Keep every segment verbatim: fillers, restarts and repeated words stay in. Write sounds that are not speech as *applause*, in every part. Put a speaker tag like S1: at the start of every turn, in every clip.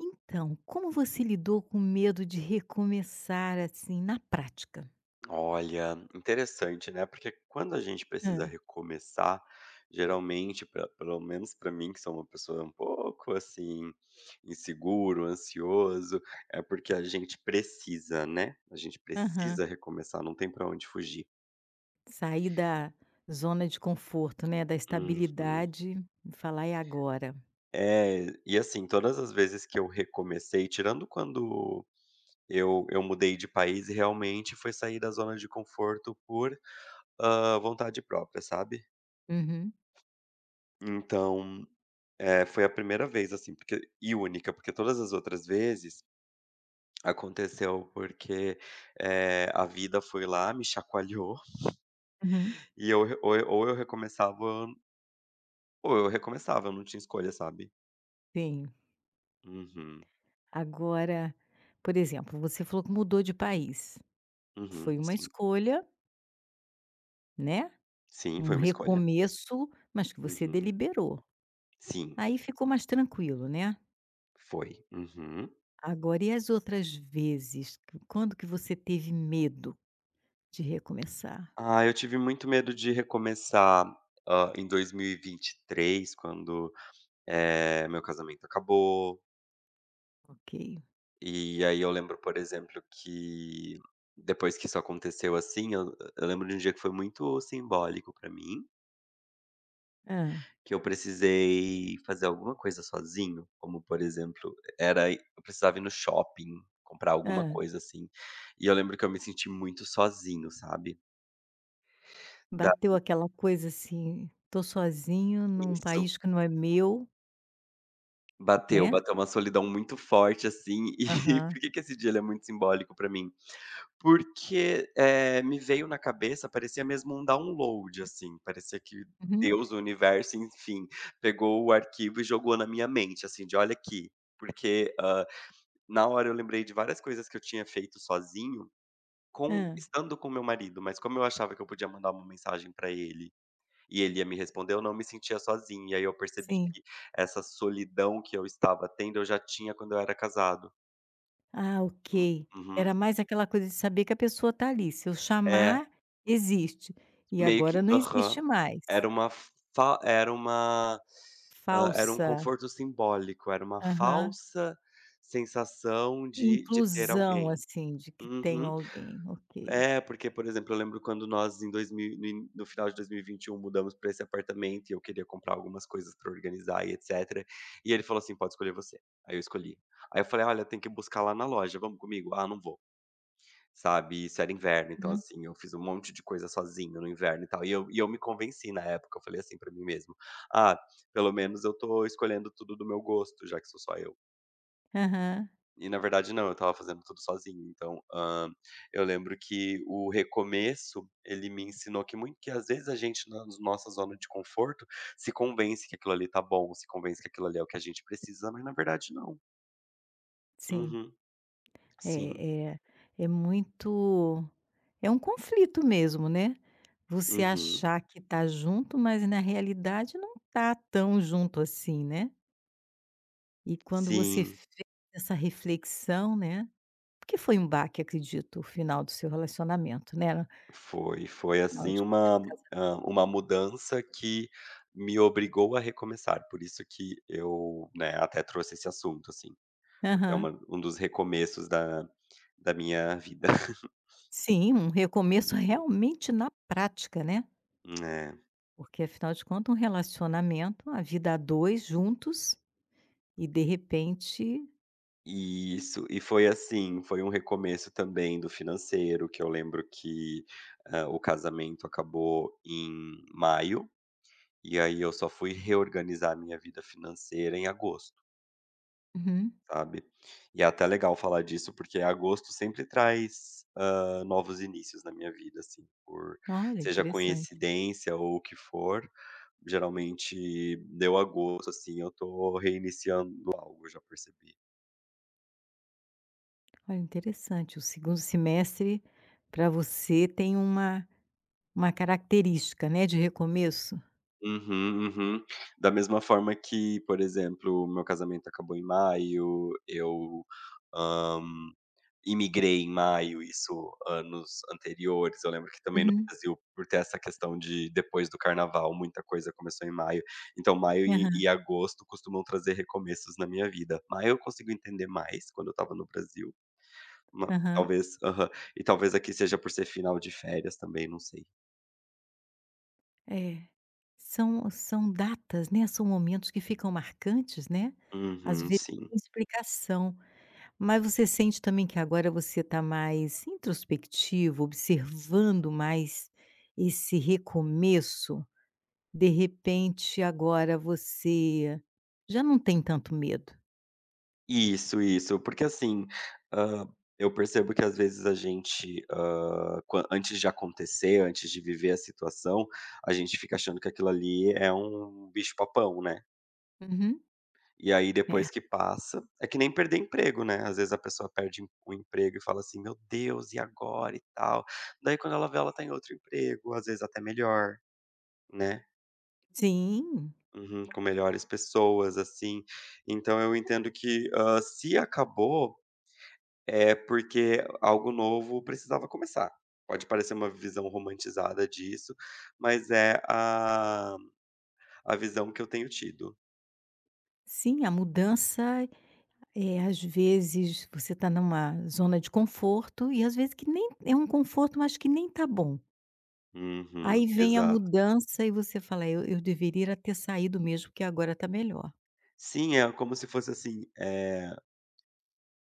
S1: Então, como você lidou com o medo de recomeçar, assim, na prática?
S2: Olha, interessante, né? Porque quando a gente
S1: Hã.
S2: precisa recomeçar, geralmente, pra- pelo menos para mim, que sou uma pessoa um pouco assim, inseguro, ansioso, é porque a gente precisa, né? A gente
S1: Aham.
S2: precisa recomeçar, não tem para onde fugir.
S1: Sair da zona de conforto, né, da
S2: Uhum.
S1: estabilidade e falar: "É agora".
S2: É, e assim, todas as vezes que eu recomecei, tirando quando eu, eu mudei de país, realmente foi sair da zona de conforto por ah, vontade própria, sabe?
S1: Uhum.
S2: Então. É, foi a primeira vez, assim, porque e única, porque todas as outras vezes aconteceu porque, eh, a vida foi lá, me chacoalhou
S1: Uhum.
S2: e eu re ou eu ou eu recomeçava ou eu recomeçava, eu não tinha escolha, sabe.
S1: Sim.
S2: Uhum,
S1: Agora, por exemplo, você falou que mudou de país.
S2: uhum,
S1: Foi uma
S2: sim.
S1: escolha, né,
S2: Sim,
S1: um
S2: foi uma escolha.
S1: recomeço, mas que você
S2: Uhum.
S1: deliberou.
S2: Sim,
S1: Aí ficou mais tranquilo, né.
S2: foi. Uhum.
S1: Agora e as outras vezes? Quando que você teve medo? De recomeçar,
S2: Ah, eu tive muito medo de recomeçar, hã, em dois mil e vinte e três, quando, eh, meu casamento acabou.
S1: ok.
S2: E aí eu lembro, por exemplo, que depois que isso aconteceu assim, eu eu lembro de um dia que foi muito simbólico pra mim,
S1: Ah,
S2: que eu precisei fazer alguma coisa sozinho, como por exemplo, era ir eu precisava ir no shopping, comprar alguma
S1: ah,
S2: coisa assim, e eu lembro que eu me senti muito sozinho, sabe. Da
S1: bateu aquela coisa assim: "Tô sozinho num
S2: Isso,
S1: país que não é meu",
S2: bateu,
S1: né.
S2: bateu uma solidão muito forte assim, *laughs* e
S1: Aham.
S2: por que que esse dia ele é muito simbólico pra mim? Porque, eh, me veio na cabeça, parecia mesmo um download, assim, parecia que
S1: Uhum.
S2: Deus, o universo, enfim, pegou o arquivo e jogou na minha mente, assim, de: "Olha aqui", porque, hã, na hora eu lembrei de várias coisas que eu tinha feito sozinho,
S1: Hã.
S2: com estando com meu marido, mas como eu achava que eu podia mandar uma mensagem pra ele, e ele ia me responder, eu não me sentia sozinho, e aí eu percebi
S1: Sim.
S2: que essa solidão que eu estava tendo, eu já tinha quando eu era casado.
S1: Ah,
S2: Hum,
S1: ok. Era
S2: uhum.
S1: mais aquela coisa de saber que a pessoa tá ali, se eu
S2: É.
S1: chamar, existe. E
S2: Meio
S1: agora
S2: que
S1: não
S2: aham.
S1: existe mais.
S2: Era uma fa era uma, hã, era um
S1: Falsa
S2: conforto simbólico, era uma
S1: aham.
S2: falsa sensação de de ter
S1: Inclusão,
S2: alguém.
S1: assim, de que tenho
S2: Uhum.
S1: alguém, ok.
S2: É, porque, por exemplo, eu lembro quando nós em dois mil no in no final de dois mil e e vinte e um mudamos pra esse apartamento e eu queria comprar algumas coisas pra organizar e etcétera, e ele falou assim: "Pode escolher você". Aí eu escolhi. Aí eu falei: "Olha, tem que buscar lá na loja, vamos comigo?". "Ah, não vou". Sabe, isso era inverno, então
S1: Uhum.
S2: assim, eu fiz um monte de coisa sozinho no inverno e tal, e eu e eu me convenci na época, eu falei assim pra mim mesmo: "Ah, pelo menos eu tô escolhendo tudo do meu gosto, já que sou só eu".
S1: Aham,
S2: E na verdade não, eu tava fazendo tudo sozinho, então, hã, eu lembro que o recomeço, ele me ensinou que muito que às vezes a gente na nossa zona de conforto, se convence que aquilo ali tá bom, se convence que aquilo ali é o que a gente precisa, mas na verdade não.
S1: sim.
S2: Uhum. Sim.
S1: É é é muito é um conflito mesmo, né. Você
S2: Uhum.
S1: achar que tá junto, mas na realidade não tá tão junto assim, né. E quando você
S2: Sim.
S1: fez essa reflexão, né, porque foi um baque, acredito, o final do seu relacionamento, né.
S2: Foi, foi
S1: Afinal
S2: assim
S1: de contas era
S2: uma,
S1: um casa
S2: hã, uma mudança que me obrigou a recomeçar, por isso que eu, né, até trouxe esse assunto, assim, porque é
S1: aham.
S2: uma um dos recomeços da da minha vida.
S1: Sim, um recomeço
S2: *laughs*
S1: realmente na prática, né.
S2: Uhum, é.
S1: Porque afinal de contas um relacionamento, a vida a dois juntos e de repente
S2: E isso e foi assim, foi um recomeço também do financeiro, que eu lembro que, hã, o casamento acabou em maio, e aí eu só fui reorganizar a minha vida financeira em agosto.
S1: uhum.
S2: Sabe. E é até legal falar disso, porque agosto sempre traz, hã, novos inícios na minha vida, assim, por
S1: Olha,
S2: seja
S1: interessante.
S2: coincidência ou o que for, geralmente deu agosto, assim, eu tô reiniciando algo, eu já percebi.
S1: Olha, interessante. O segundo semestre para você tem uma uma característica, né, de recomeço.
S2: Uhum, uhum. Da mesma forma que, por exemplo, meu casamento acabou em maio, eu, imigrei em maio, isso anos anteriores. Eu lembro que também no
S1: Uhum.
S2: Brasil, por ter essa questão de depois do carnaval, muita coisa começou em maio. Então maio e
S1: Aham,
S2: e agosto costumam trazer recomeços na minha vida. Maio eu consigo entender mais, quando eu estava no Brasil. Ma
S1: aham.
S2: talvez aham. E talvez aqui seja por ser final de férias também, não sei.
S1: É. São são datas, né, são momentos que ficam marcantes, né, às
S2: Uhum,
S1: vezes
S2: sim.
S1: sem explicação. Mas você sente também que agora você está mais introspectivo, observando mais esse recomeço? De repente agora você já não tem tanto medo?
S2: Isso, isso. Porque assim, hã, eu percebo que às vezes a gente, hã, quan antes de acontecer, antes de viver a situação, a gente fica achando que aquilo ali é um bicho-papão, né.
S1: Uhum.
S2: E aí
S1: É.
S2: depois que passa é que nem perder emprego, né. Às vezes a pessoa perde em- o emprego e fala assim: "Meu Deus, e agora e tal?". Daí quando ela vê, ela tá em outro emprego, às vezes até melhor, né.
S1: Sim,
S2: Uhum, com melhores pessoas, assim. Então eu entendo que, hã, se acabou. É, porque algo novo precisava começar. Pode parecer uma visão romantizada disso, mas é a a visão que eu tenho tido.
S1: sim, a mudança, é às vezes você está numa zona de conforto e às vezes que nem é um conforto, mas que nem tá bom. Aí
S2: Uhum,
S1: vem a
S2: exato.
S1: mudança e você fala: "Eu eu deveria ter saído mesmo, que agora tá melhor".
S2: Sim, é como se fosse assim, eh,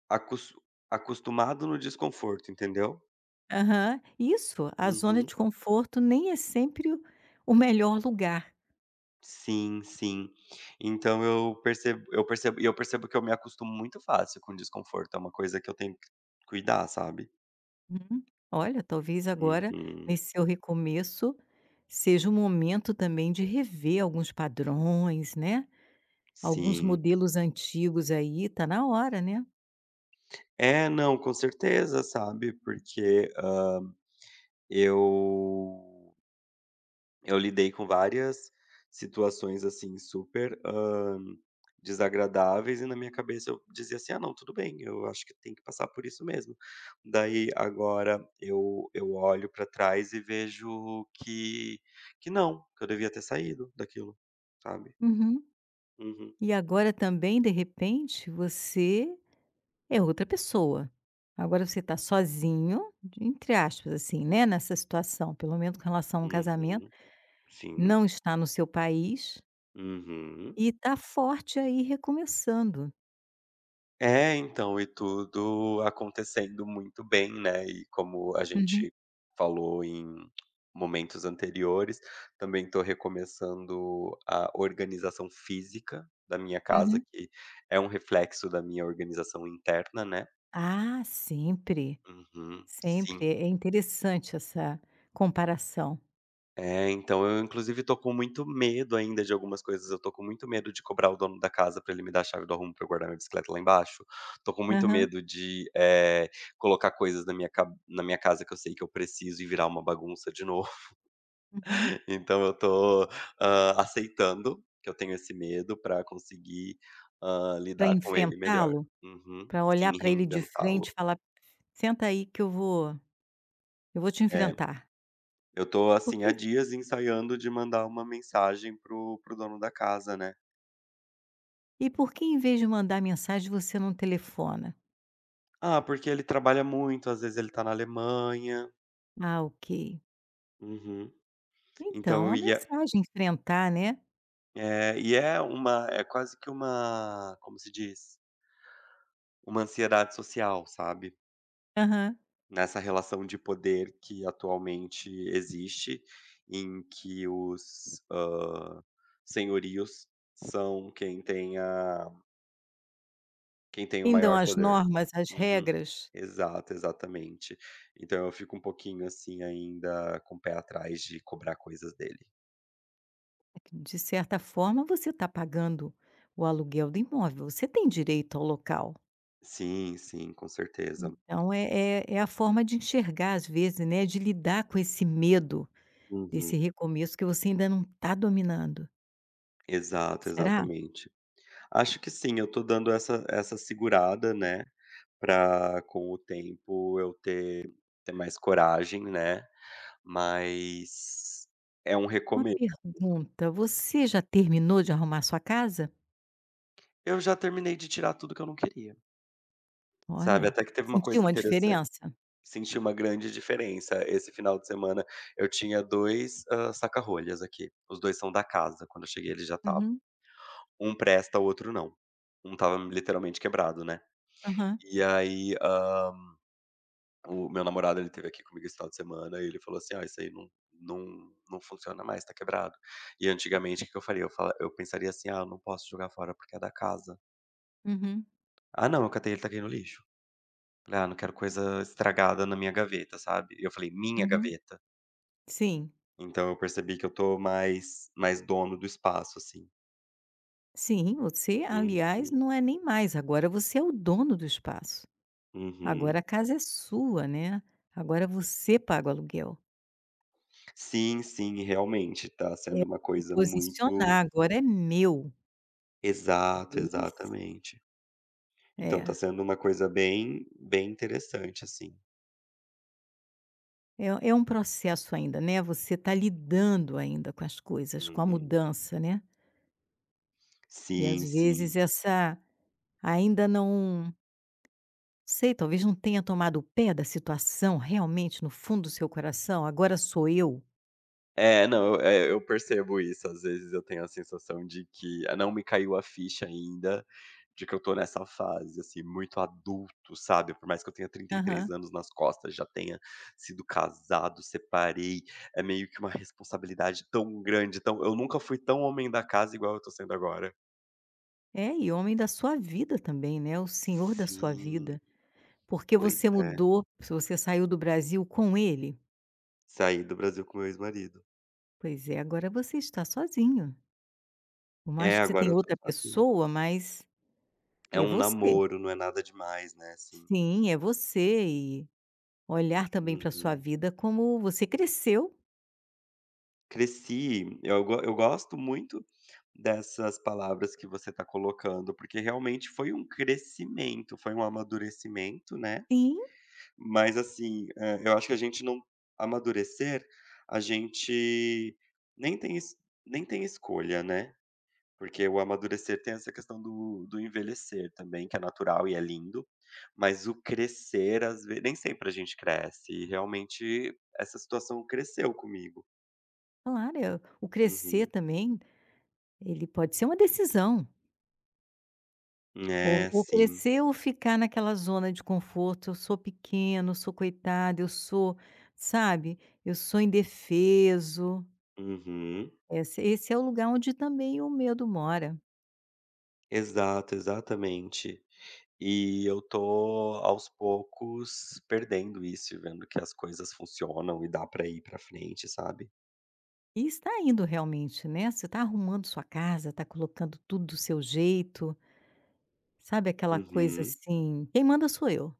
S2: acos acostumado no desconforto, entendeu?
S1: Aham. Isso, a zona
S2: Uhum.
S1: de conforto nem é sempre o o melhor lugar.
S2: Sim, sim. Então eu percebo eu percebo e eu percebo que eu me acostumo muito fácil com desconforto, é uma coisa que eu tenho que cuidar, sabe?
S1: Uhum. Olha, talvez agora,
S2: Uhum,
S1: nesse seu recomeço, seja o momento também de rever alguns padrões, né? Alguns
S2: sim.
S1: modelos antigos aí, tá na hora, né.
S2: É, não, com certeza, sabe, porque, hã, eu eu lidei com várias situações, assim, super, hã, desagradáveis e na minha cabeça eu dizia assim: "Ah, não, tudo bem, eu acho que tem que passar por isso mesmo". Daí agora eu eu olho pra trás e vejo que que não, que eu devia ter saído daquilo, sabe.
S1: Uhum.
S2: Uhum,
S1: E agora também, de repente, você é outra pessoa. Agora você está sozinho, entre aspas, assim, né, nessa situação, pelo menos com relação a um casamento,
S2: uhum, sim,
S1: não está no seu país
S2: uhum.
S1: e está forte aí recomeçando.
S2: É, então, e tudo acontecendo muito bem, né, e como a
S1: Uhum,
S2: gente falou em momentos anteriores, também estou recomeçando a organização física da minha casa,
S1: uhum.
S2: que é um reflexo da minha organização interna, né.
S1: Ah, sempre,
S2: Uhum,
S1: sempre.
S2: sim.
S1: É interessante essa comparação.
S2: É, então eu inclusive tô com muito medo ainda de algumas coisas, eu tô com muito medo de cobrar o dono da casa pra ele me dar a chave do arrumo pra eu guardar minha bicicleta lá embaixo, tô com muito
S1: Para
S2: medo de, eh, colocar coisas na minha ca na minha casa que eu sei que eu preciso e virar uma bagunça de novo. *laughs* Então eu tô, hã, aceitando que eu tenho esse medo pra conseguir, hã, lidar com ele melhor.
S1: enfrentá-lo,
S2: Uhum.
S1: para olhar
S2: Sim,
S1: para ele de frente
S2: reinventá-lo.
S1: e falar: senta aí que eu vou eu vou te
S2: É,
S1: enfrentar.
S2: eu tô
S1: Por
S2: assim
S1: que
S2: há dias ensaiando de mandar uma mensagem pro o dono da casa, né.
S1: e por que em vez de mandar mensagem você não telefona?
S2: Ah, porque ele trabalha muito, às vezes ele tá na Alemanha.
S1: Ah, ok.
S2: Uhum. Então
S1: Então
S2: eu
S1: a
S2: ia,
S1: mensagem enfrentar, né.
S2: é, e é uma, é quase que uma, como se diz? Uma ansiedade social, sabe,
S1: Aham.
S2: nessa relação de poder que atualmente existe, em que os, hã, senhorios são quem tem a quem tem o
S1: Então
S2: maior
S1: as
S2: poder.
S1: normas, as
S2: Uhum.
S1: regras,
S2: Exato, exatamente. Então eu fico um pouquinho, assim, ainda com o pé atrás de cobrar coisas dele.
S1: de certa forma você está pagando o aluguel do imóvel, você tem direito ao local.
S2: Sim, sim, com certeza.
S1: Então é é é a forma de enxergar às vezes, né, de lidar com esse medo,
S2: Uhum.
S1: desse recomeço que você ainda não está dominando.
S2: Exato,
S1: Será?
S2: exatamente. Acho que sim, eu tô dando essa essa segurada, né, pra com o tempo eu ter ter mais coragem, né, mas é um
S1: Uma
S2: recomeço.
S1: pergunta, você já terminou de arrumar sua casa?
S2: Eu já terminei de tirar tudo que eu não queria, sabe,
S1: Olha,
S2: até que teve uma
S1: sentiu
S2: coisa
S1: uma
S2: interessante.
S1: diferença?
S2: Senti uma grande diferença. Esse final de semana eu tinha dois hã, saca-rolhas aqui, os dois são da casa, quando eu cheguei eles já estavam.
S1: Uhum,
S2: Um presta, o outro não. Um tava literalmente quebrado, né.
S1: aham,
S2: E aí, hã, o meu namorado, ele teve aqui comigo esse final de semana e ele falou assim: "Ah, isso aí não não não funciona mais, tá quebrado". E antigamente o que que eu faria? Eu fala eu pensaria assim: "Ah, eu não posso jogar fora porque é da casa".
S1: uhum,
S2: "Ah não, eu catei ele, taquei no lixo". Falei: "Ah, não quero coisa estragada na minha gaveta", sabe. Eu falei: "Minha
S1: uhum.
S2: gaveta".
S1: Sim,
S2: Então eu percebi que eu tô mais mais dono do espaço, assim.
S1: sim, você,
S2: Uhum,
S1: aliás, não é nem mais, agora você é o dono do espaço. Agora
S2: uhum.
S1: a casa é sua, né, agora você paga o aluguel.
S2: Sim, sim, realmente, tá
S1: É
S2: sendo uma
S1: se
S2: coisa muito
S1: posicionar, agora é meu.
S2: exato,
S1: Talvez
S2: exatamente. Então tá
S1: é,
S2: sendo uma coisa bem bem interessante, assim.
S1: é é um processo ainda, né, você está lidando ainda com as coisas, com a
S2: Uhum.
S1: mudança, né, e às
S2: Sim,
S1: vezes
S2: sim.
S1: essa ainda não sei, talvez não tenha tomado o pé da situação realmente no fundo do seu coração, agora sou eu.
S2: É, não, eu é, eu percebo isso. Às vezes eu tenho a sensação de que ah, não me caiu a ficha ainda, de que eu tô nessa fase, assim, muito adulto, sabe. Por mais que eu tenha trinta e três
S1: Aham.
S2: anos nas costas, já tenha sido casado, separei, é meio que uma responsabilidade tão grande, tão eu nunca fui tão homem da casa igual eu tô sendo agora.
S1: É, e homem da sua vida também, né, o senhor da sua
S2: Sim,
S1: vida, porque
S2: pois
S1: você
S2: é.
S1: mudou, se você saiu do Brasil com ele,
S2: Saí do Brasil com meu ex-marido.
S1: pois é, agora você está sozinho. Por
S2: É,
S1: mais que você
S2: agora
S1: tenha
S2: eu tô
S1: outra
S2: sozinho.
S1: pessoa, mas
S2: É
S1: é
S2: um
S1: você.
S2: namoro, não é nada demais, né, assim.
S1: Sim, é você e olhar também para sua
S2: Uhum.
S1: vida como você cresceu.
S2: Cresci, eu go eu gosto muito dessas palavras que você tá colocando, porque realmente foi um crescimento, foi um amadurecimento, né.
S1: Sim,
S2: Mas assim, eh, eu acho que a gente não amadurecer, a gente nem tem es nem tem escolha, né. Porque o amadurecer tem essa questão do do envelhecer também, que é natural e é lindo, mas o crescer às ve nem sempre a gente cresce, e realmente essa situação cresceu comigo.
S1: claro, é o crescer
S2: Uhum.
S1: também ele pode ser uma decisão, ou
S2: É,
S1: ou
S2: sim.
S1: crescer ou ficar naquela zona de conforto, eu sou pequeno, eu sou coitado, eu sou, sabe, eu sou indefeso.
S2: Uhum.
S1: Esse esse é o lugar onde também o medo mora.
S2: Exato, exatamente. E eu tô aos poucos perdendo isso e vendo que as coisas funcionam e dá pra ir pra frente, sabe.
S1: E está indo realmente, né, você está arrumando sua casa, está colocando tudo do seu jeito, sabe aquela coisa
S2: Uhum.
S1: assim: "Quem manda sou eu".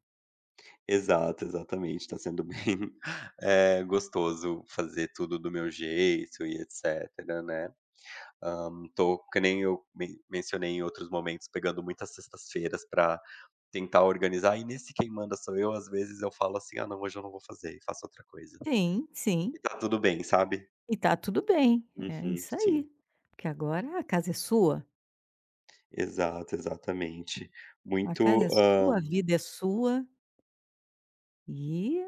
S2: Exato, exatamente, tá sendo bem, *laughs* eh, gostoso fazer tudo do meu jeito e etcétera, né. Hã, tô que nem eu men mencionei em outros momentos, pegando muitas sextas-feiras pra tentar organizar, e nesse quem manda sou eu, às vezes eu falo assim: "Ah não, hoje eu não vou fazer", e faço outra coisa.
S1: Sim, sim,
S2: E tá tudo bem, sabe.
S1: e tá tudo bem, é
S2: Uhum,
S1: isso aí,
S2: sim.
S1: porque agora a casa é sua,
S2: Exato, exatamente.
S1: a
S2: Muito,
S1: casa é
S2: hã
S1: sua, a vida é sua. E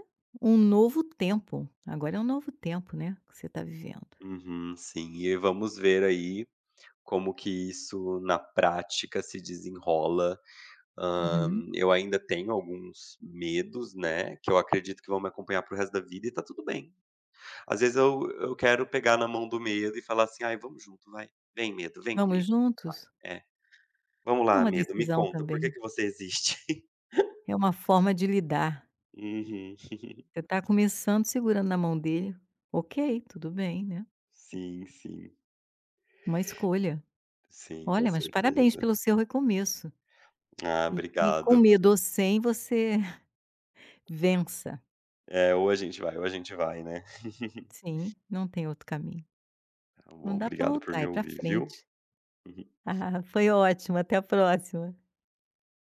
S1: um novo tempo. Agora é um novo tempo, né, que você está vivendo.
S2: Uhum, sim. E vamos ver aí como que isso na prática se desenrola. Hã,
S1: Uhum.
S2: eu ainda tenho alguns medos, né, que eu acredito que vão me acompanhar para o resto da vida e tá tudo bem. Às vezes eu eu quero pegar na mão do medo e falar assim: "Ai, vamos junto, vai. Vem medo, vem
S1: Vamos
S2: comigo.
S1: juntos?
S2: É, vamos
S1: É
S2: lá
S1: uma
S2: medo, me
S1: decisão
S2: conta, por que
S1: também,
S2: que você existe?". *laughs*
S1: é uma forma de lidar.
S2: Uhum.
S1: Você está começando segurando na mão dele. Ok, tudo bem, né,
S2: Sim, sim.
S1: uma escolha.
S2: Sim, com
S1: Olha, mas parabéns
S2: certeza.
S1: pelo seu recomeço.
S2: Ah,
S1: E que com
S2: obrigado.
S1: medo ou sem você *laughs* vença.
S2: É, ou a gente vai ou a gente vai, né.
S1: Sim, não tem outro caminho.
S2: Tá
S1: Não
S2: bom,
S1: dá para
S2: obrigado por
S1: voltar,
S2: me
S1: é para
S2: ouvir, viu.
S1: frente.
S2: Uhum.
S1: Ah, foi ótimo, até a próxima.